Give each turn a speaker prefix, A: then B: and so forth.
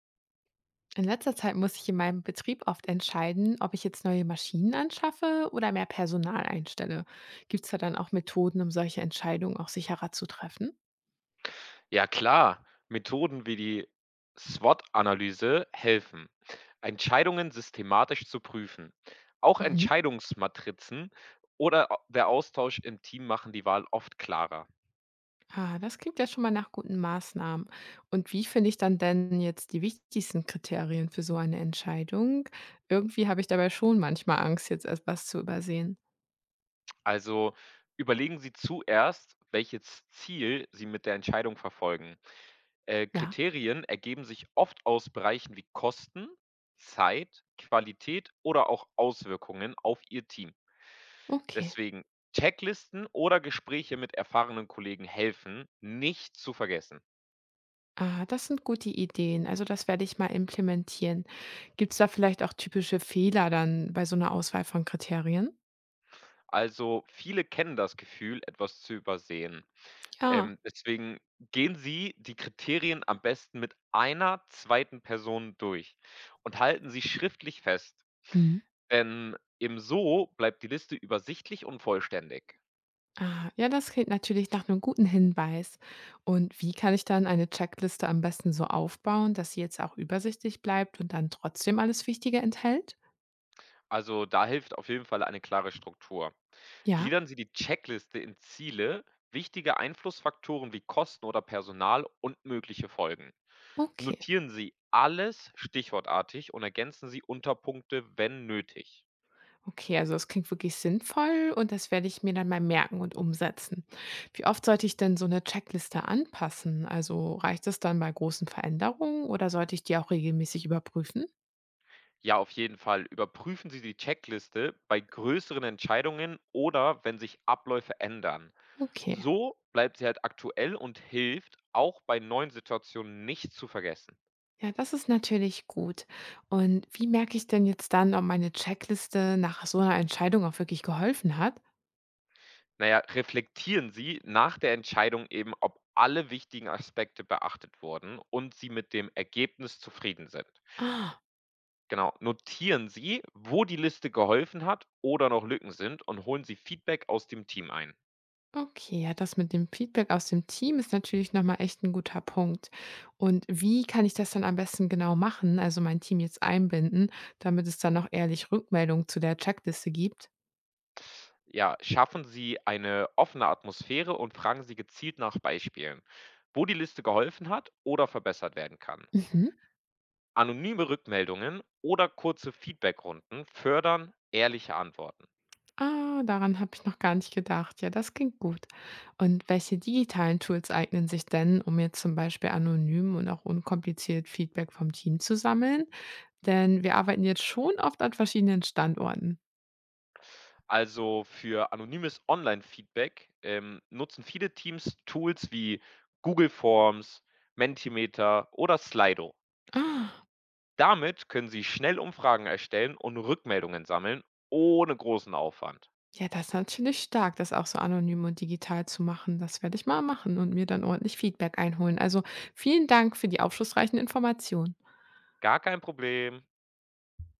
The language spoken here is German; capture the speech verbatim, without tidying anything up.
A: In letzter Zeit muss ich in meinem Betrieb oft entscheiden, ob ich jetzt neue Maschinen anschaffe oder mehr Personal einstelle. Gibt es da dann auch Methoden, um solche Entscheidungen auch sicherer zu treffen?
B: Ja klar, Methoden wie die SWOT-Analyse helfen, Entscheidungen systematisch zu prüfen. Auch
A: Mhm.
B: Entscheidungsmatrizen oder au- der Austausch im Team machen die Wahl oft klarer.
A: Ah, das klingt ja schon mal nach guten Maßnahmen. Und wie finde ich dann denn jetzt die wichtigsten Kriterien für so eine Entscheidung? Irgendwie habe ich dabei schon manchmal Angst, jetzt etwas zu übersehen.
B: Also überlegen Sie zuerst, welches Ziel Sie mit der Entscheidung verfolgen. Äh,
A: Ja,
B: Kriterien ergeben sich oft aus Bereichen wie Kosten, Zeit, Qualität oder auch Auswirkungen auf Ihr Team.
A: okay.
B: Deswegen Checklisten oder Gespräche mit erfahrenen Kollegen helfen, nicht zu vergessen.
A: Ah, das sind gute Ideen. Also das werde ich mal implementieren. Gibt es da vielleicht auch typische Fehler dann bei so einer Auswahl von Kriterien?
B: Also, viele kennen das Gefühl, etwas zu übersehen.
A: Ja.
B: Ähm, deswegen gehen Sie die Kriterien am besten mit einer zweiten Person durch und halten sie schriftlich fest.
A: Mhm.
B: Denn eben so bleibt die Liste übersichtlich und vollständig.
A: Ah, ja, das klingt natürlich nach einem guten Hinweis. Und wie kann ich dann eine Checkliste am besten so aufbauen, dass sie jetzt auch übersichtlich bleibt und dann trotzdem alles Wichtige enthält?
B: Also, da hilft auf jeden Fall eine klare Struktur.
A: Ja,
B: Gliedern Sie die Checkliste in Ziele, wichtige Einflussfaktoren wie Kosten oder Personal und mögliche Folgen.
A: okay.
B: Notieren Sie alles stichwortartig und ergänzen Sie Unterpunkte, wenn nötig.
A: Okay, also das klingt wirklich sinnvoll und das werde ich mir dann mal merken und umsetzen. Wie oft sollte ich denn so eine Checkliste anpassen? Also reicht es dann bei großen Veränderungen oder sollte ich die auch regelmäßig überprüfen?
B: Ja, auf jeden Fall. Überprüfen Sie die Checkliste bei größeren Entscheidungen oder wenn sich Abläufe ändern.
A: Okay.
B: So bleibt sie halt aktuell und hilft, auch bei neuen Situationen nicht zu vergessen.
A: Ja, das ist natürlich gut. Und wie merke ich denn jetzt dann, ob meine Checkliste nach so einer Entscheidung auch wirklich geholfen hat?
B: Naja, reflektieren Sie nach der Entscheidung eben, ob alle wichtigen Aspekte beachtet wurden und Sie mit dem Ergebnis zufrieden sind.
A: Ah,
B: Genau, notieren Sie, wo die Liste geholfen hat oder noch Lücken sind und holen Sie Feedback aus dem Team ein.
A: okay, ja, das mit dem Feedback aus dem Team ist natürlich nochmal echt ein guter Punkt. Und wie kann ich das dann am besten genau machen, also mein Team jetzt einbinden, damit es dann auch ehrlich Rückmeldung zu der Checkliste gibt?
B: Ja, schaffen Sie eine offene Atmosphäre und fragen Sie gezielt nach Beispielen, wo die Liste geholfen hat oder verbessert werden kann.
A: Mhm.
B: Anonyme Rückmeldungen oder kurze Feedbackrunden fördern ehrliche Antworten.
A: Ah, daran habe ich noch gar nicht gedacht. Ja, das klingt gut. Und welche digitalen Tools eignen sich denn, um jetzt zum Beispiel anonym und auch unkompliziert Feedback vom Team zu sammeln? Denn wir arbeiten jetzt schon oft an verschiedenen Standorten.
B: Also für anonymes Online-Feedback ähm, nutzen viele Teams Tools wie Google Forms, Mentimeter oder Slido.
A: Ah.
B: Damit können sie schnell Umfragen erstellen und Rückmeldungen sammeln, ohne großen Aufwand.
A: Ja, das ist natürlich stark, das auch so anonym und digital zu machen. Das werde ich mal machen und mir dann ordentlich Feedback einholen. Also vielen Dank für die aufschlussreichen Informationen.
B: Gar kein Problem.